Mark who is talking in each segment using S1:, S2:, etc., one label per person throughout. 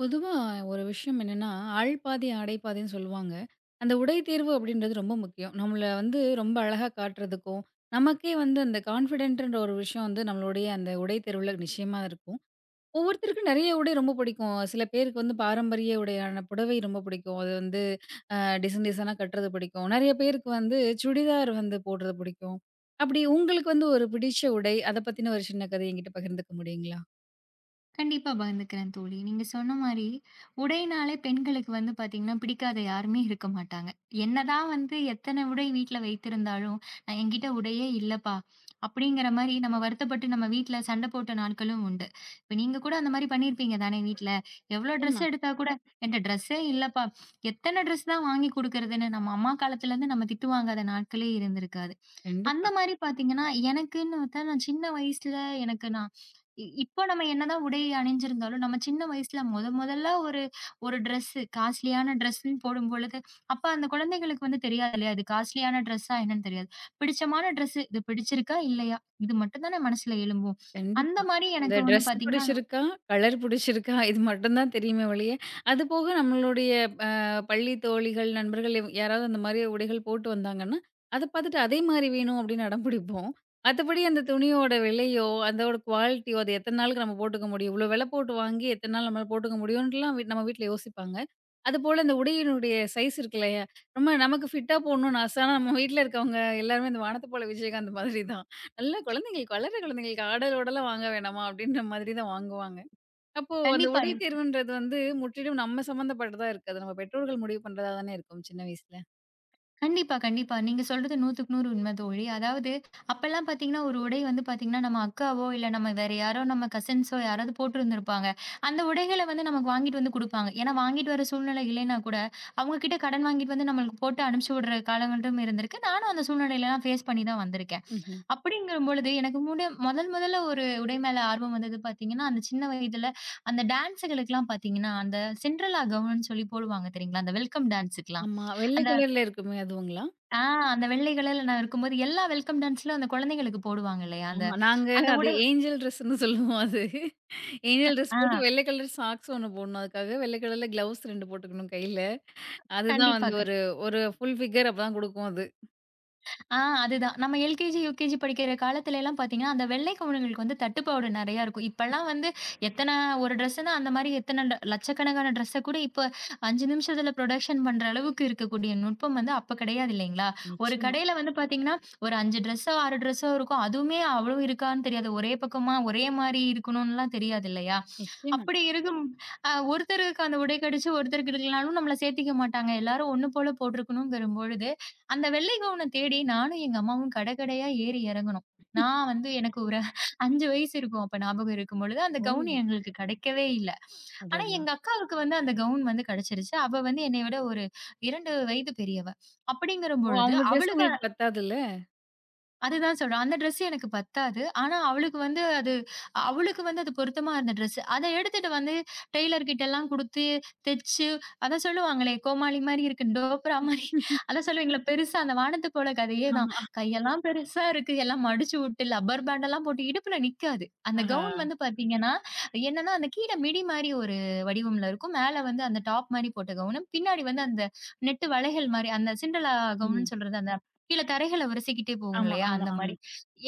S1: பொதுவா ஒரு விஷயம் என்னன்னா, "ஆள் பாதி, ஆடை பாதின்னு" சொல்லுவாங்க. அந்த உடை தேர்வு அப்படின்றது ரொம்ப முக்கியம். நம்மள வந்து ரொம்ப அழகா காட்டுறதுக்கும், நமக்கே வந்து அந்த கான்ஃபிடென்ட்ன்ற ஒரு விஷயம் வந்து நம்மளுடைய அந்த உடை தேர்வுல நிச்சயமா இருக்கும். ஒவ்வொருத்தருக்கும் நெறைய உடை ரொம்ப பிடிக்கும். சில பேருக்கு வந்து பாரம்பரிய உடையான புடவை ரொம்ப பிடிக்கும். அது வந்து அ டிசைன் டிசைனா கட்டுறது பிடிக்கும். நெறைய பேருக்கு வந்து சுடிதார் வந்து போடுறது பிடிக்கும். அப்படி உங்களுக்கு வந்து ஒரு பிடிச்ச உடை, அத பத்தின ஒரு சின்ன கதை என்கிட்ட பகிர்ந்துக்க முடியுங்களா?
S2: கண்டிப்பா பகிர்ந்துக்கிறேன் தோழி. நீங்க சொன்ன மாரி, உடைனாலே பெண்களுக்கு வந்து பாத்தீங்கன்னா, பிடிக்காத யாருமே இருக்க மாட்டாங்க. என்னதான் வந்து எத்தன உடை வீட்ல வைத்திருந்தாலும், "நான் என்கிட்ட உடையே இல்லப்பா" அப்படிங்கிற மாரி நம்ம வருத்தப்பட்டு நம்ம வீட்ல சண்டை போட்ட நாட்களும் உண்டு. இப்ப நீங்க கூட அந்த மாரி பண்ணியிருப்பீங்க தானே வீட்ல? எவ்ளோ ட்ரெஸ்
S1: நிச்சயமா.
S2: எடுத்தா கூட, "என்ட்ட ட்ரெஸ்ஸே இல்லப்பா. எத்தன ட்ரெஸ் தான் வாங்கி குடுக்கறதுன்னு" நம்ம அம்மா காலத்துலருந்து நம்ம திட்டு வாங்காத நாட்களே இருந்திருக்காது.
S1: கண்டிப்பா.
S2: அந்த மாரி பாத்தீங்கன்னா, எனக்குன்னு பார்த்தா நான் சின்ன வயசுல எனக்கு நான் இ இப்போ நம்ம என்னதான் உடை அணிஞ்சிருந்தாலும், நம்ம சின்ன வயசுல மொதல்ல ஒரு ஒரு ட்ரெஸ்ஸு காஸ்ட்லியான ட்ரெஸ்ன்னு போடும்பொழுது, அப்ப அந்த குழந்தைகளுக்கு வந்து தெரியாது இல்லையா? அது காஸ்ட்லியான ட்ரெஸ்ஸா என்னன்னு தெரியாது. பிடிச்சமான ட்ரெஸ்ஸு, இது பிடிச்சிருக்கா? இல்லையா? இது மட்டும் தானே மனசுல எழும்பும். அந்த
S1: கண்டிப்பா.
S2: மாரி
S1: அந்த
S2: எனக்கு வந்து
S1: ட்ரெஸ்
S2: பார்த்தீங்கன்னா
S1: பிடிச்சிருக்கா, கலர் பிடிச்சிருக்கா இது மட்டும் தான் தெரியுமே ஒழிய, அது போக நம்மளுடைய அ பள்ளி தோழிகள், நண்பர்கள் யாராவது அந்த மாரி உடைகள் போட்டு வந்தாங்கன்னா, அத பார்த்துட்டு அதே மாரி வேணும் அப்படின்னு அடம் பிடிப்போம். மத்தபடி அந்த துணியோட விலையோ, அதோட குவாலிட்டியோ, அது எத்தன நாளுக்கு நம்ம போட்டுக்க முடியும்? இவ்வளோ விலை போட்டு வாங்கி எத்தன நாள் நம்மளால போட்டுக்க முடியும்ன்ட்டுலாம் நம்ம வீட்ல யோசிப்பாங்க. அதுபோல அந்த உடையினுடைய சைஸ் இருக்கு இல்லையா? நமக்கு ஃபிட்டா போடணும்னு ஆசை. ஆனா நம்ம வீட்ல இருக்கவங்க எல்லாருமே இந்த வானத்த போல விஜயகாந்த் மாதிரி தான். நல்ல குழந்தைங்களுக்கு, வளர்ற குழந்தைங்களுக்கு ஆடல், உடல வாங்க வேணாமா? அப்படின்ற மாதிரி தான் வாங்குவாங்க. அப்போ அந்த
S2: கண்டிப்பா.
S1: உடை தேர்வுன்றது வந்து முற்றிலும் நம்ம சம்மந்தப்பட்டதா இருக்காது. நம்ம பெற்றோர்கள் முடிவு பண்றதா தானே இருக்கும் சின்ன வயசுல.
S2: கண்டிப்பா, கண்டிப்பா. நீங்க சொல்றது 100க்கு 100 உண்மை தோழி. அதாவது அப்பல்லாம் பார்த்தீங்கன்னா, ஒரு உடை வந்து பார்த்தீங்கன்னா, நம்ம அக்காவோ, இல்ல நம்ம வேற யாரோ நம்ம கசின்ஸோ யாராவது போட்டிருந்திருப்பாங்க. அந்த உடைகள வந்து நமக்கு வாங்கிட்டு வந்து குடுப்பாங்க. ஏன்னா, வாங்கிட்டு வர சூழ்நிலை இல்லைன்னா கூட, அவங்க கிட்ட கடன் வாங்கிட்டு வந்து நம்மளுக்கு போட்டு அனுப்பிச்சு விடுற காலங்களும் இருந்திருக்கு. நானும் அந்த சூழ்நிலையெல்லாம் ஃபேஸ் பண்ணி தான் வந்திருக்கேன்.
S1: ம்ஹ்ம்.
S2: அப்படிங்கிறபொழுது எனக்கு முதல் முதல்ல ஒரு உடை மேல ஆர்வம் வந்தது பார்த்தீங்கன்னா, அந்த சின்ன வயதுல அந்த டான்ஸுகளுக்கெல்லாம் பார்த்தீங்கன்னா, அந்த சிண்ட்ரெல்லா கவுன்னு சொல்லி போடுவாங்க தெரியுங்களா? அந்த வெல்கம் டான்ஸுக்கெல்லாம்.
S1: ஆமா. வெள்ளை
S2: அந்த
S1: கலர்ல இருக்குமே அதுவுங்களா?
S2: ஆ அந்த வெள்ளை கலர்ல நான் இருக்கும்போது, எல்லா வெல்கம் டான்ஸ்லயும் அந்த குழந்தைங்களுக்கு போடுவாங்க இல்லையா? அந்த
S1: ஆமா. நாங்க
S2: அந்த
S1: அது
S2: உடல்
S1: ஏஞ்சல் ட்ரெஸ்ன்னு சொல்லுவோம் அது. ஏஞ்சல் ட்ரெஸ்
S2: ஆ
S1: போட்டு வெள்ளை கலர் சாக்ஸ் ஒண்ணு போடணும். அதுக்காக வெள்ளை கலர்ல கிளவுஸ் 2 போட்டுக்கணும் கையில. அதுதான்
S2: கண்டிப்பா.
S1: வந்து
S2: க-
S1: ஒரு ஒரு ஃபுல் ஃபிகர் அப்பதான் குடுக்கும் அது.
S2: ஆ அதுதான். நம்ம எல்கேஜி, யுகேஜி படிக்கிற காலத்துல எல்லாம் பாத்தீங்கன்னா, அந்த வெள்ளை குழந்தைங்களுக்கு வந்து தட்டுப்பாடு நெறையா இருக்கும். இப்பலாம் வந்து எத்தன ஒரு ட்ரெஸ்ஸுனா அந்த மாரி எத்தன லட்சக்கணக்கான ட்ரெஸ்ஸ கூட இப்ப 5 நிமிஷத்துல ப்ரொடக்ஷன் பண்ற அளவுக்கு இருக்கக்கூடிய நுட்பம் வந்து அப்ப கிடையாது இல்லைங்களா? ஒரு
S1: நிச்சயமா,
S2: கடையில வந்து பாத்தீங்கன்னா, ஒரு 5 ட்ரெஸ்ஸோ, 6 ட்ரெஸ்ஸோ இருக்கும். அதுவுமே அவ்வளவு இருக்கான்னு தெரியாது. ஒரே பக்கமா ஒரே மாரி இருக்கணும்லாம் தெரியாது இல்லையா?
S1: நிச்சயமா.
S2: அப்படி இருக்கும் ஒருத்தருக்கு அந்த உடை கெடச்சு ஒருத்தருக்கு எடுக்கலனாலும் நம்மள சேர்த்துக்க மாட்டாங்க. எல்லாரும் ஒண்ணு போல போட்டிருக்கணும்ங்கிறபொழுது, அந்த வெள்ளை கவுன தேடி நானும் எங்க அம்மாவும் கடை கடையா ஏறி இறங்கணும். நான் வந்து எனக்கு ஒரு 5 வயசு இருக்கும். அப்ப ஞாபகம் இருக்கும்பொழுது, அந்த
S1: ஓ!
S2: கவுன் எங்களுக்கு கிடைக்கவே இல்ல. ஆனா
S1: அடடா!
S2: எங்க அக்காவுக்கு வந்து அந்த கவுன் வந்து கிடைச்சிருச்சு. அவ வந்து என்னைய விட ஒரு 2 வயது பெரியவ. அப்படிங்கிற
S1: ஓ!
S2: பொழுது
S1: அவங்க ட்ரெஸ்
S2: அவளுக்கு
S1: உங்களுக்கு பத்தாதுல்ல?
S2: அதுதான் சொல்றேன். அந்த ட்ரெஸ் எனக்கு பத்தாது. ஆனா, அவளுக்கு வந்து அது அவளுக்கு வந்து அது பொருத்தமா இருந்த ட்ரெஸ். அத எடுத்துட்டு வந்து டெய்லர் கிட்டலாம் குடுத்து, தெச்சு அதான் சொல்லுவாங்களே, கோமாளி மாரி இருக்கு, டோப்ரா மாரி அதான் சொல்லுவீங்களே, பெருசா அந்த வானத்து போல கதையே தான்.
S1: ஆமா.
S2: கையெல்லாம் பெருசா இருக்கு, எல்லாம் மடிச்சு விட்டு, லப்பர் பேண்டெல்லாம் போட்டு இடுப்புல நிக்காது. அந்த
S1: ஆஹா.
S2: கவுன் வந்து பாத்தீங்கன்னா, என்னன்னா அந்த கீழ மிடி மாரி ஒரு வடிவம்ல இருக்கும். மேல வந்து அந்த டாப் மாரி போட்ட கவுனு. பின்னாடி வந்து அந்த நெட்டு வளையல் மாரி, அந்த சிண்டலா
S1: ம்.
S2: கவுனுன்னு சொல்றது அந்த கீழ தரைகள உரசிக்கிட்டே போகும்
S1: ஆமா,
S2: இல்லையா?
S1: ஆமா,
S2: அந்த
S1: ஆமா.
S2: மாரி.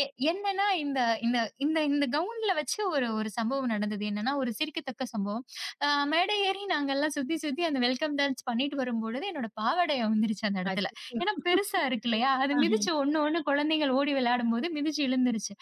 S2: எ என்னன்னா இந்த இந்த இந்த இந்த கவுன்ல வச்சு ஒரு ஒரு சம்பவம் நடந்தது. என்னன்னா, ஒரு சிரிக்கத்தக்க சம்பவம். அ மேடை ஏறி நாங்கலாம் சுத்தி, சுத்தி அந்த வெல்கம் டான்ஸ் பண்ணிட்டு வரும்பொழுது, என்னோட பாவாடைய விழுந்துருச்சு அந்த இடத்துல.
S1: அச்சச்சோ!
S2: ஏன்னா பெருசா இருக்கு இல்லையா? அது மிதிச்சு ஒண்ணு குழந்தைகள் ஓடி விளையாடும்போது மிதிச்சு விழுந்துருச்சு.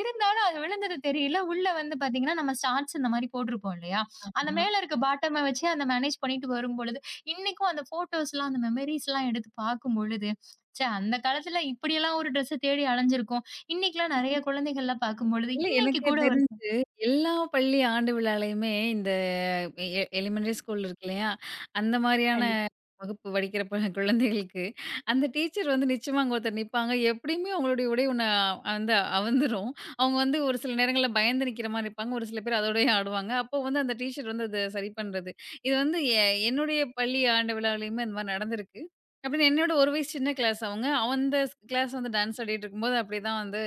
S2: இருந்தாலும் அது விழுந்தது தெரியல. உள்ள வந்து பார்த்தீங்கன்னா, நம்ம ஸ்டார்ட்ஸ் இந்த மாரி போட்டிருப்போம் இல்லையா? அந்த
S1: ஆமா.
S2: மேல இருக்க பாட்டம வச்சு அந்த மேனேஜ் பண்ணிட்டு வரும்பொழுது, இன்னைக்கும் அந்த ஃபோட்டோஸ்லாம் அந்த மெமரீஸ்லாம் எடுத்து பார்க்கும்பொழுது, ச்சே! அந்த காலத்துல இப்படியெல்லாம் ஒரு ட்ரெஸ்ஸ தேடி அலைஞ்சிருக்கோம். இன்னைக்கெல்லாம் நெறைய குழந்தைகள்லாம் பார்க்கும்பொழுது,
S1: இல்ல
S2: இன்னைக்கு
S1: எனக்கு
S2: கூட ஒரு ச
S1: தெரிஞ்சு எல்லா பள்ளி ஆண்டு விழாலயுமே இந்த எலிமெண்டரி ஸ்கூல் இருக்கு இல்லையா? அந்த மாரியான
S2: கண்டிப்பா.
S1: வகுப்பு படிக்கிற குழந்தைகளுக்கு, அந்த டீச்சர் வந்து நிச்சயமா அங்க ஒருத்தர் நிப்பாங்க. எப்படியுமே அவங்களுடைய உடை ஒண்ணு வந்து அவுந்துரும். அவங்க வந்து ஒரு சில நேரங்கள்ல பயந்து நிக்கிற மாரி இருப்பாங்க. ஒரு சில பேர் அதோடயே ஆடுவாங்க. அப்போ வந்து அந்த டீச்சர் வந்து அத சரி பண்றது. இது வந்து என்னுடைய பள்ளி ஆண்டு விழாவிலயுமே இந்த மாரி நடந்திருக்கு. அப்படின்னு என்னோட ஒரு வயசு சின்ன கிளாஸ் அவங்க. அந்த கிளாஸ் வந்து டான்ஸ் ஆடிட்டு இருக்கும்போது அப்படிதான் வந்து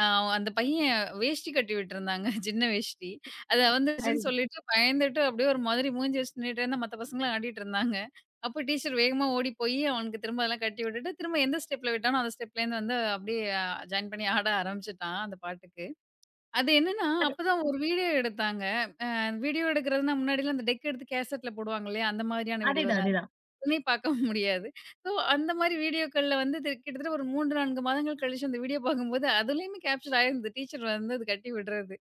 S1: அ அந்த பையன் வேஷ்டி கட்டி விட்டுருந்தாங்க. சின்ன வேஷ்டி. அது வந்துருச்சுன்னு சொல்லிட்டு பயந்துட்டு அப்படியே ஒரு மாதிரி மூஞ்சி வச்சுட்டு நின்னுட்டே மத்த பசங்கலாம் ஆடிட்டு இருந்தாங்க. அப்போ டீச்சர் வேகமா ஓடி போய் அவனுக்கு திரும்ப அதெல்லாம் கட்டி விட்டுட்டு, திரும்ப எந்த ஸ்டெப்ல விட்டானோ அந்த ஸ்டெப்லேருந்து வந்து அப்படியே ஜாயின் பண்ணி ஆட ஆரம்பிச்சுட்டான் அந்த பாட்டுக்கு. அது என்னன்னா, அப்பதான் ஒரு வீடியோ எடுத்தாங்க. அந்த வீடியோ எடுக்கிறதுனா முன்னாடிலாம் அந்த டெக் எடுத்து கேசட்ல போடுவாங்க இல்லையா? அந்த மாதிரியான வீடியோ தான். உடனே பார்க்க முடியாது. ஸோ அந்த மாதிரி வீடியோக்கள்ல வந்து இது கிட்டத்தட்ட ஒரு 3, 4 மாதங்கள் கழிச்சு அந்த வீடியோ பார்க்கும்போது, அதுலயுமே கேப்சர் ஆயிருந்தது. டீச்சர் வந்து அது கட்டி விடுறது.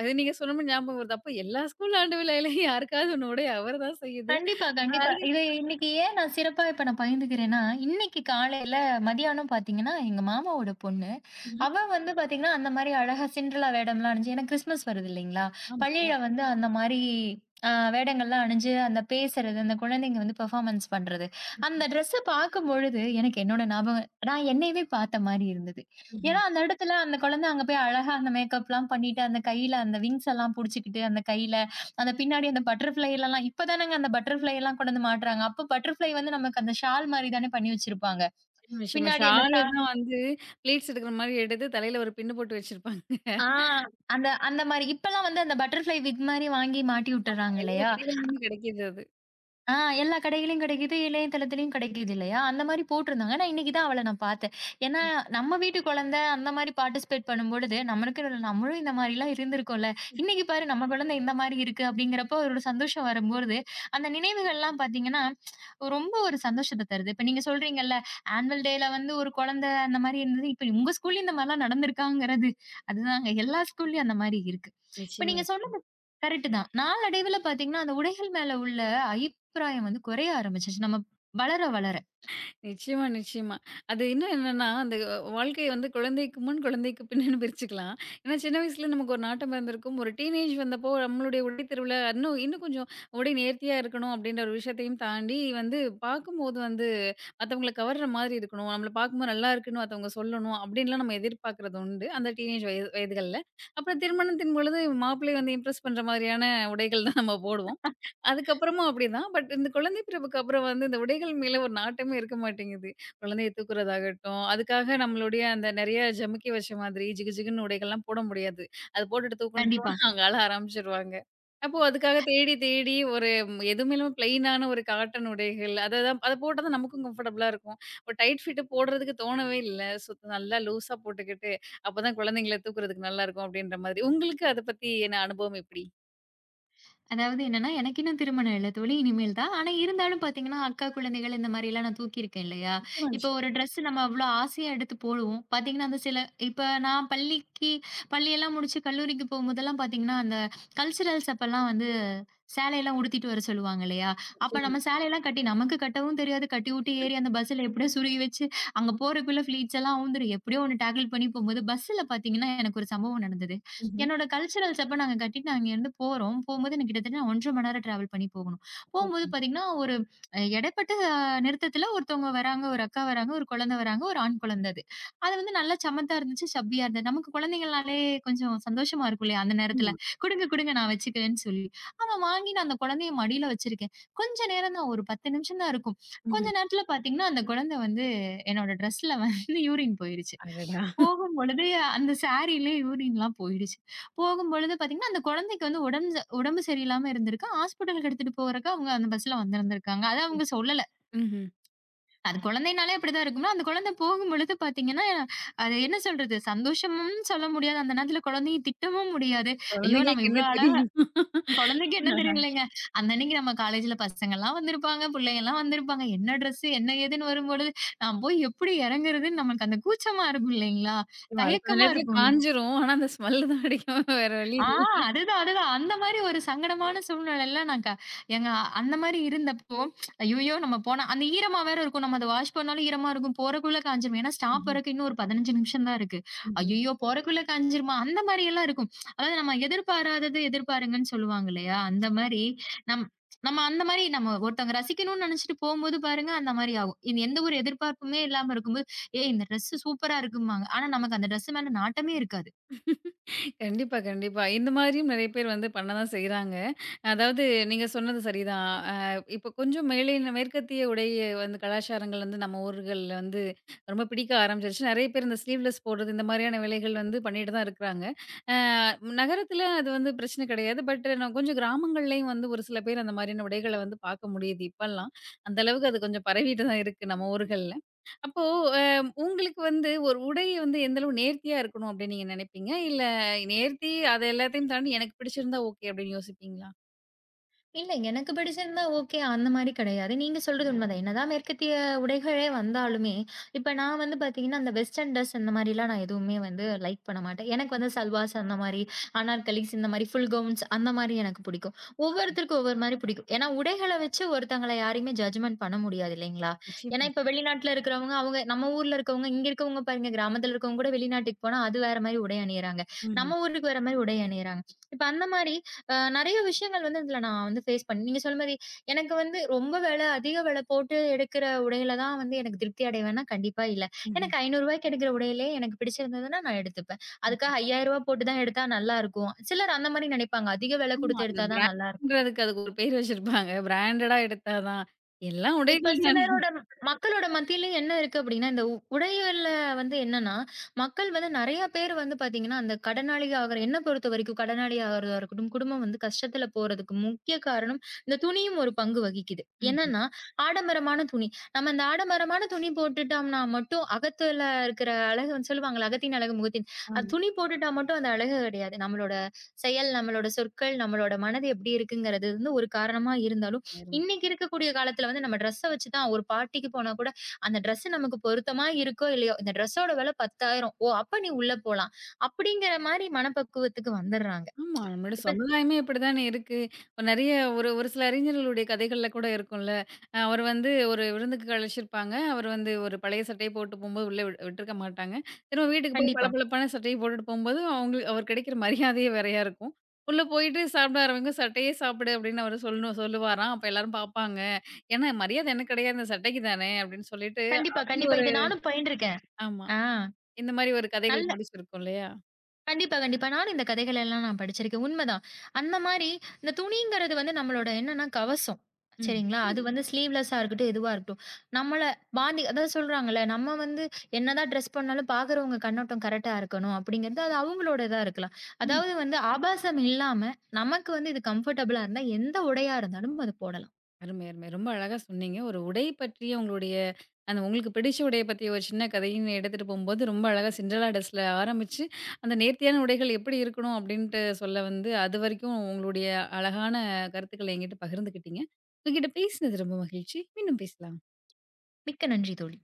S1: அது நீங்க சொன்னோனே ஞாபகம் வருது. அப்ப எல்லா ஸ்கூல் ஆண்டு விழாலயும் யாருக்காவது ஒண்ணு உடை அவர தான் செய்யுது.
S2: கண்டிப்பா, கண்டிப்பா.
S1: அது
S2: இது இன்னைக்கு ஏன் நான் சிறப்பா இப்ப நான் பகிர்ந்துக்கிறேன்னா, இன்னைக்கு காலையில மதியானம் பார்த்தீங்கன்னா, எங்க மாமாவோட பொண்ணு,
S1: ம்.
S2: அவ வந்து பார்த்தீங்கன்னா, அந்த மாரி அழகா சிண்ட்ரெல்லா வேடம்லாம் அணிஞ்சு ஏன்னா கிறிஸ்மஸ் வருது இல்லைங்களா?
S1: ஆமா.
S2: பள்ளியில வந்து அந்த மாரி வேடங்கள்லாம் அணிஞ்சு, அந்த பேசுறது, அந்த குழந்தைங்க வந்து பெர்ஃபார்மன்ஸ் பண்றது. அந்த ட்ரெஸ்ஸ பார்க்கும்பொழுது, எனக்கு என்னோட ஞாபகம் நான் என்னையவே பார்த்த மாரி இருந்தது.
S1: ம்ஹ்ம்.
S2: ஏன்னா, அந்த இடத்துல அந்த குழந்தை அங்க போய் அழகா அந்த மேக்கப்லாம் பண்ணிட்டு, அந்த கையில அந்த விங்ஸ் எல்லாம் புடிச்சுக்கிட்டு, அந்த கையில அந்த பின்னாடி அந்த பட்டர்ஃப்ளை எல்லாம் இப்பதானங்க அந்த பட்டர்ஃப்ளை எல்லாம் கொண்டு வந்து மாட்றாங்க. அப்ப பட்டர்ஃப்ளை வந்து நமக்கு அந்த ஷால் மாரி தானே பண்ணி வச்சிருப்பாங்க.
S1: சின்ன விஷயமா
S2: பின்னாடி அந்த
S1: ஷால
S2: ஷால்
S1: தான் வந்து பிளேட்ஸ் எடுக்கிற மாரி எடுத்து தலையில ஒரு பின் போட்டு வச்சிருப்பாங்க.
S2: ஆ அந்த அந்த மாரி. இப்பலாம் வந்து அந்த பட்டர்ஃப்ளை விக் மாரி வாங்கி மாட்டி விட்டுர்றாங்க
S1: எல்லா
S2: இல்லையா?
S1: கடைகள்லயுமே கிடைக்கிது அது.
S2: ஆ எல்லா கடைகள்லயும் கிடைக்குது. இணையதளத்திலயும் கிடைக்குது இல்லையா? அந்த மாரி போட்டிருந்தாங்க. நான் இன்னைக்கு தான் அவள நான் பார்த்தேன். ஏன்னா, நம்ம வீட்டு குழந்தை அந்த மாரி பார்ட்டிசிபேட் பண்ணும்பொழுது, நம்மளுக்கு ஒரு- நம்மளும் இந்த மாரிலாம் இருந்திருக்கோம்ல. இன்னைக்கு பாரு நம்ம குழந்தை இந்த மாரி இருக்கு அப்படிங்கிறப்போ ஒரு சந்தோஷம் வரும்பொழுது, அந்த நினைவுகள்லாம் பார்த்தீங்கன்னா, ரொம்ப ஒரு சந்தோஷத்த தருது. இப்ப நீங்க சொல்றீங்கல்ல, ஆனுவல் டேல வந்து ஒரு குழந்தை அந்த மாரி இருந்தது. இப்ப உங்க ஸ்கூல்லயும் இந்த மாரிலாம் நடந்திருக்காங்கிறது. அதுதாங்க எல்லா ஸ்கூல்லயும் அந்த மாரி இருக்கு. இப்ப
S1: நிச்சயமா.
S2: நீங்க சொன்னது கரெக்ட்டு தான். நாளடைவில பார்த்தீங்கன்னா, அந்த உடைகள் மேல உள்ள அபிப்பிராயம் வந்து குறைய ஆரம்பிச்சுருச்சு. நம்ம வளர, வளர.
S1: நிச்சயமா, நிச்சயமா. அது இன்னும் என்னன்னா, அந்த வாழ்க்கைய வந்து குழந்தைக்கு முன், குழந்தைக்கு பின்னன்னு பிரிச்சுக்கலாம். ஏன்னா சின்ன வயசுல நமக்கு ஒரு நாட்டம் இருந்திருக்கும். ஒரு டீனேஜ் வந்தப்போ நம்மளுடைய உடை திருவிழா இன்னும் இன்னும் கொஞ்சம் உடை நேர்த்தியா இருக்கணும் அப்படின்ற ஒரு விஷயத்தையும் தாண்டி வந்து பார்க்கும்போது வந்து மத்தவங்கள கவர்ற மாதிரி இருக்கணும். நம்மள பார்க்கும்போது நல்லா இருக்குன்னு மத்தவங்க சொல்லணும் அப்படின்லாம் நம்ம எதிர்பார்க்கிறது உண்டு. அந்த டீனேஜ் வயதுகள்ல. அப்புறம் திருமணத்தின் பொழுது மாப்பிள்ளை வந்து இம்ப்ரெஸ் பண்ற மாதிரியான உடைகள் தான் நம்ம போடுவோம். அதுக்கப்புறமும் அப்படிதான். பட் இந்த குழந்தை பிறப்புக்கு அப்புறம் வந்து இந்த உடைகள் மேல ஒரு நாட்டமே இருக்க மாட்டேங்குது. குழந்தைய தூக்குறதாகட்டும், அதுக்காக நம்மளுடைய அந்த நெறைய ஜமுக்கி வச்ச மாதிரி ஜிகு ஜிகுன்னு உடைகள்லாம் போட முடியாது. அது போட்டுட்டு தூக்குன்னு
S2: கண்டிப்பா.
S1: போனா அவங்க அழ ஆரம்பிச்சுருவாங்க. அப்போ அதுக்காக தேடி தேடி ஒரு எதுவுமே இல்லாம பிளெயினான ஒரு காட்டன் உடைகள் அத தான் அத போட்டா தான் நமக்கும் கம்ஃபர்டபுளா இருக்கும். ஒரு டைட் ஃபிட் போடுறதுக்கு தோணவே இல்ல. ஸோ நல்லா லூஸா போட்டுக்கிட்டு அப்பதான் குழந்தைங்கள தூக்குறதுக்கு நல்லாருக்கும் அப்படின்ற மாதிரி. உங்களுக்கு அத பத்தி என்ன அனுபவம் எப்படி?
S2: அதாவது என்னன்னா, எனக்கு இன்னும் திருமணம் இல்ல தோழி. இனிமேல் தான். ஆனா இருந்தாலும் பார்த்தீங்கன்னா, அக்கா குழந்தைகள் இந்த மாரிலாம் நான் தூக்கியிருக்கேன் இல்லையா?
S1: நிச்சயமா,
S2: இப்போ
S1: நிஷா,
S2: ஒரு ட்ரெஸ் நம்ம அவ்ளோ ஆசையா எடுத்து போடுவோம். பார்த்தீங்கன்னா, அந்த சில இப்ப நான் பள்ளிக்கு பள்ளியெல்லாம் முடிச்சு கல்லூரிக்கு போகும்போதெல்லாம் பார்த்தீங்கன்னா, அந்த கல்ச்சுரல்ஸ் அப்பலாம் வந்து சேலையெல்லாம் உடுத்திட்டு வர சொல்லுவாங்க இல்லையா? அப்ப
S1: நிச்சயமா.
S2: நம்ம சேலையெல்லாம் கட்டி நமக்கு கட்டவும் தெரியாது. கட்டி விட்டு ஏறி அந்த பஸ்ஸில எப்படியோ சுருகி வச்சு, அங்க போறக்குள்ள ஃப்ளீட்ஸ் எல்லாம் அவுந்துரும். எப்படியோ ஒண்ணு டேக்கிள் பண்ணி போகும்போது பஸ்ஸில பார்த்தீங்கன்னா, எனக்கு ஒரு சம்பவம் நடந்தது.
S1: ம். ம்ஹ்ம்.
S2: என்னோட கல்ச்சுரல்ஸ் அப்ப நாங்க கட்டிட்டு நாங்க இங்கேருந்து போறோம். போம்போது எனக்கு கிட்டத்தட்ட 1½ மணி நேரம் டிராவல் பண்ணி போகணும். போம்போது
S1: சூப்பர்.
S2: பார்த்தீங்கன்னா, ஒரு இடைப்பட்ட நிறுத்தத்தில ஒருத்தவங்க வராங்க, ஒரு அக்கா வராங்க, ஒரு குழந்தை வராங்க, ஒரு ஆண் குழந்தை அது. அது வந்து நல்லா சமத்தா இருந்துச்சு, சப்பியா இருந்தது. நமக்கு குழந்தைங்கள்னாலே கொஞ்சம் சந்தோஷமா இருக்கும் இல்லையா? அந்த
S1: ஆமா.
S2: நேரத்தில. குடுங்க, குடுங்க நான் வச்சுக்கிறேன்னு சொல்லி. அவன் வாங்கி நான் அந்த குழந்தைய மடியில வச்சிருக்கேன். கொஞ்ச நேரம் தான் ஒரு 10 நிமிஷம் தான் இருக்கும். கொஞ்ச
S1: ம்ஹ்ம்.
S2: நேரத்தில பார்த்தீங்கன்னா, அந்த குழந்தை வந்து என்னோட ட்ரெஸ்ல வந்து யூரின் போயிருச்சு.
S1: அடடா!
S2: போகும்பொழுது அந்த சாரியிலே யூரின்லாம் போயிடுச்சு. போகும்பொழுது பார்த்தீங்கன்னா, அந்த குழந்தைக்கு வந்து உடம்பு சரியில்லாம இருந்திருக்கு. ஹாஸ்பிட்டலுக்கு எடுத்துட்டு போறக்கு அவங்க அந்த பஸ்ல வந்திருந்திருக்காங்க. அது அவங்க சொல்லல.
S1: ம்ஹ்ம்.
S2: அது குழந்தைனாலே அப்படிதான் இருக்கும்ல. அந்த குழந்தை போகும்பொழுது பார்த்தீங்கன்னா, அது என்ன சொல்றது? சந்தோஷமும் சொல்ல முடியாது. அந்த நேரத்துல குழந்தைய திட்டவும் முடியாது. ஐயோ! நம்ம
S1: குழந்தைங்களுக்கு என்ன
S2: இவ்ளோ அழகா
S1: தெரியும்?
S2: குழந்தைக்கு என்ன தெரியலைங்க. அந்த அன்னைக்கு நம்ம காலேஜ்ல பசங்கலாம் வந்திருப்பாங்க, புள்ளைங்கலாம் வந்திருப்பாங்க. என்ன ட்ரெஸ்ஸு, என்ன ஏதுன்னு வரும்பொழுது, நான் போய் எப்படி இறங்குறதுன்னு நமக்கு அந்த கூச்சமா இருக்கும் இல்லைங்களா?
S1: ஆமா. அது கொஞ்ச
S2: தயக்கமா
S1: நேரத்துல
S2: இருக்கும்ல.
S1: காஞ்சிரும். ஆனா அந்த ஸ்மெல் தான் அடிக்கும். வேற வழி
S2: ஆ
S1: இல்ல.
S2: அதுதான், அதுதான். அந்த மாரி ஒரு சங்கடமான சூழ்நிலையில நான் க எங்க அந்த மாரி இருந்தப்போ, ஐய்யயோ! நம்ம போனா அந்த ஈரமா வேற இருக்கும். நம்ம அத வாஷ் பண்ணாலும் ஈரமா இருக்கும். போறக்குள்ள காய்ஞ்சிரும். ஏன்னா ஸ்டாப்
S1: ம்ஹ்ம்.
S2: வரைக்கும் இன்னும் ஒரு 15 நிமிஷம் தான் இருக்கு.
S1: ம்ஹ்ம்.
S2: ஐய்யயோ! போறக்குள்ள காய்ஞ்சிருமா? அந்த மாரியெல்லாம் இருக்கும். அதாவது நம்ம எதிர்பாராதது எதிர்பாருங்கன்னு சொல்லுவாங்க இல்லையா? அந்த மாரி நம் நம்ம அந்த மாரி நம்ம ஒருத்தவங்க ரசிக்கணும்னு நெனச்சுட்டு போம்போது பாருங்க, அந்த மாரி ஆகும். இது எந்த ஒரு எதிர்பார்ப்புமே இல்லாம இருக்கும்போது, "ஏய்! இந்த ட்ரெஸ்ஸு சூப்பரா இருக்கும்பாங்க." ஆனா நமக்கு அந்த ட்ரெஸ்ஸு மேல நாட்டமே இருக்காது.
S1: கண்டிப்பா, கண்டிப்பா. இந்த மாரியும் நெறைய பேர் வந்து பண்ண தான் செய்றாங்க. அதாவது நீங்க சொன்னது சரிதான். இப்ப கொஞ்சம் மேலை மேற்கத்திய உடை வந்து கலாச்சாரங்கள் வந்து நம்ம ஊர்கள்ல வந்து ரொம்ப பிடிக்க ஆரம்பிச்சிருச்சு. நெறைய பேர் இந்த ஸ்லீவ்லெஸ் போடுறது, இந்த மாரியான வேலைகள் வந்து பண்ணிட்டு தான் இருக்கிறாங்க. அ நகரத்துல அது வந்து பிரச்சனை கிடையாது. பட் நான் கொஞ்சம் கிராமங்கள்லயும் வந்து ஒரு சில பேர் அந்த மாரியான உடைகள வந்து பார்க்க முடியுது இப்பல்லாம். அந்த அளவுக்கு அது கொஞ்சம் பரவிட்டு தான் இருக்கு நம்ம ஊர்கள்ல. அப்போ, அ உங்களுக்கு வந்து ஒரு உடை வந்து எந்த அளவு நேர்த்தியா இருக்கணும் அப்படின்னு நீங்க நினைப்பீங்க? இல்ல நேர்த்தி அது எல்லாத்தையும் தாண்டி எனக்கு பிடிச்சிருந்தா ஓகே அப்படின்னு யோசிப்பீங்களா?
S2: இல்ல. எனக்கு பிடிச்சிருந்தா ஓகே. அந்த மாரி கிடையாது. நீங்க சொல்றது உண்மதான். என்னதான் மேற்கத்திய உடைகளே வந்தாலுமே, இப்ப நான் வந்து பார்த்தீங்கன்னா, அந்த வெஸ்டர்ன் ட்ரெஸ் இந்த மாரிலாம் நான் எதுவுமே வந்து லைக் பண்ண மாட்டேன். எனக்கு வந்து சல்வார்ஸ் அந்த மாரி, அனார்கலிஸ் இந்த மாரி ஃபுல் கவுன்ஸ் அந்த மாரி எனக்கு பிடிக்கும். ஒவ்வொருத்தருக்கும் ஒவ்வொரு மாரி பிடிக்கும். ஏன்னா உடைகள வச்சு ஒருத்தங்கள யாரையுமே ஜட்ஜ்மென்ட் பண்ண முடியாது இல்லைங்களா? ஏன்னா
S1: நிச்சயமா.
S2: இப்ப வெளிநாட்டுல இருக்கிறவங்க, அவங்க நம்ம ஊர்ல இருக்கவங்க, இங்க இருக்கவங்க பாருங்க கிராமத்துல இருக்கவங்க கூட வெளிநாட்டுக்கு போனா அது வேற மாரி உடை அணியிறாங்க.
S1: ம்.
S2: நம்ம ஊருக்கு வேற மாரி உடை அணியிறாங்க. இப்ப அந்த மாரி நெறைய விஷயங்கள் வந்து இதுல நான் வந்து ஃபேஸ் பண்ணேன். நீங்க சொன்ன மாரி எனக்கு வந்து ரொம்ப விலை, அதிக விலை போட்டு எடுக்கிற உடையில தான் வந்து எனக்கு திருப்தி அடைவேன்னா, கண்டிப்பா இல்ல.
S1: ம்ஹ்ம்.
S2: எனக்கு ₹500க்கு எடுக்கிற உடையிலே எனக்கு பிடிச்சிருந்ததுன்னா, நான் எடுத்துப்பேன். அதுக்காக ரூ. 5,000 போட்டு தான் எடுத்தா நல்லாருக்கும். சிலர் அந்த மாரி நெனைப்பாங்க. அதிக விலை
S1: ஆமா.
S2: குடுத்து
S1: அந்த
S2: எடுத்தா தான் நல்லாருக்கும்.
S1: பிராண்ட்ன்றதுக்கு அதுக்கு ஒரு பேர் வச்சிருப்பாங்க. பிராண்டடா எடுத்தா தான் எல்லா
S2: இப்ப
S1: உடைகள் தானே.
S2: சிலரோட மக்களோட மத்தியிலயும் என்ன இருக்கு அப்படின்னா, இந்த உடைகள்ல வந்து என்னன்னா, மக்கள் வந்து நெறைய பேர் வந்து பாத்தீங்கன்னா, அந்த கடனாளி ஆகுற என்ன பொறுத்தவரைக்கும் கடனாளி ஆகுறதா இருக்கட்டும், குடும்பம் வந்து கஷ்டத்துல போறதுக்கு முக்கிய காரணம் இந்த துணியும் ஒரு பங்கு வகிக்குது.
S1: ம்ஹ்ம்.
S2: என்னன்னா, ஆடம்பரமான துணி. நம்ம அந்த ஆடம்பரமான துணி போட்டுட்டோம்னா மட்டும் அகத்துல இருக்கிற அழகு வந்து சொல்லுவாங்கல்ல, "அகத்தின் அழகு முகத்தின்" அது துணி போட்டுட்டா மட்டும் அந்த அழகு கிடையாது. நம்மளோட செயல், நம்மளோட சொற்கள், நம்மளோட மனது எப்படி இருக்குங்கிறது வந்து ஒரு காரணமா இருந்தாலும்
S1: ஆமா.
S2: இன்னைக்கு இருக்கக்கூடிய காலத்துல வந்து நம்ம ட்ரெஸ்ஸ வச்சு தான் ஒரு பார்ட்டிக்கு போனா கூட, அந்த ட்ரெஸ் நமக்கு பொருத்தமா இருக்கோ இல்லையோ, இந்த ட்ரெஸ்ஸோட விலை 10,000 ஓ! அப்ப நீ உள்ள போலாம். அப்படிங்கிற மாரி மனப்பக்குவத்துக்கு வந்துடுறாங்க.
S1: ஆமா. நம்மளோட
S2: இப்ப
S1: சமுதாயமே இப்படித்தானே இருக்கு. நெறைய ஒரு ஒரு சில அறிஞர்களுடைய கதைகள்ல கூட இருக்கும்ல. அவர் வந்து ஒரு விருந்துக்கு அழைச்சிருப்பாங்க. அவர் வந்து ஒரு பழைய சட்டைய போட்டு போம்போது உள்ள விட்டுருக்க மாட்டாங்க. திரும்ப வீட்டுக்கு போய்
S2: கண்டிப்பா,
S1: பளபளப்பான சட்டைய போட்டுட்டு போம்போது, அவங்களுக்கு அவர் கிடைக்கிற மரியாதையே வேறையா இருக்கும். உள்ள போயிட்டு சாப்பிட ஆரம்பிங்க, "சட்டையே சாப்பிடு" அப்படின்னு அவரு சொல்லணும் சொல்லுவாராம். அப்ப எல்லாரும் பாப்பாங்க. ஏன்னா மரியாதை எனக்கு கிடையாது. இந்த சட்டைக்கு தானே அப்படின்னு சொல்லிட்டு,
S2: கண்டிப்பா,
S1: அப்படி
S2: கண்டிப்பா.
S1: ஒரு
S2: இது நானும் பயின்றுருக்கேன்.
S1: ஆமா.
S2: ஆ.
S1: இந்த மாரி ஒரு கதைகள்
S2: நல்ல
S1: படிச்சிருக்கோம் இல்லையா?
S2: கண்டிப்பா, கண்டிப்பா. நானும் இந்த கதைகள் எல்லாம் நான் படிச்சிருக்கேன். உண்மதான். அந்த மாரி இந்த துணிங்கிறது வந்து நம்மளோட என்னன்னா கவசம். சரிங்களா? அது வந்து ஸ்லீவ்லெஸ்ஸா இருக்கட்டும், எதுவா இருக்கட்டும். நம்மள பாந்தி அதான் சொல்றாங்கல்ல, நம்ம வந்து என்னதான் ட்ரெஸ் பண்ணாலும் பார்க்குறவங்க கண்ணோட்டம் கரெக்ட்டா இருக்கணும் அப்படிங்கிறது, அது அவங்களோட இதா இருக்கலாம்.
S1: ம்.
S2: அதாவது வந்து ஆபாசம் இல்லாம, நமக்கு வந்து இது கம்ஃபர்டபுளா இருந்தா, எந்த உடையா இருந்தாலும் அது போடலாம்.
S1: அருமை, அருமை. ரொம்ப அழகா சொன்னீங்க. ஒரு உடை பற்றிய உங்களுடைய அந்த உங்களுக்கு பிடிச்ச உடைய பத்திய ஒரு சின்ன கதைன்னு எடுத்துட்டு போம்போது, ரொம்ப அழகா சிண்ட்ரெல்லா ட்ரெஸ்ல ஆரம்பிச்சு, அந்த நேர்த்தியான உடைகள் எப்படி இருக்கணும் அப்படின்ட்டு சொல்ல வந்து, அதுவரைக்கும் உங்களுடைய அழகான கருத்துக்கள என்கிட்ட பகிர்ந்துக்கிட்டீங்க. உங்ககிட்ட பேசினது ரொம்ப மகிழ்ச்சி. மீண்டும் பேசலாம்.
S2: மிக்க நன்றி தோழி.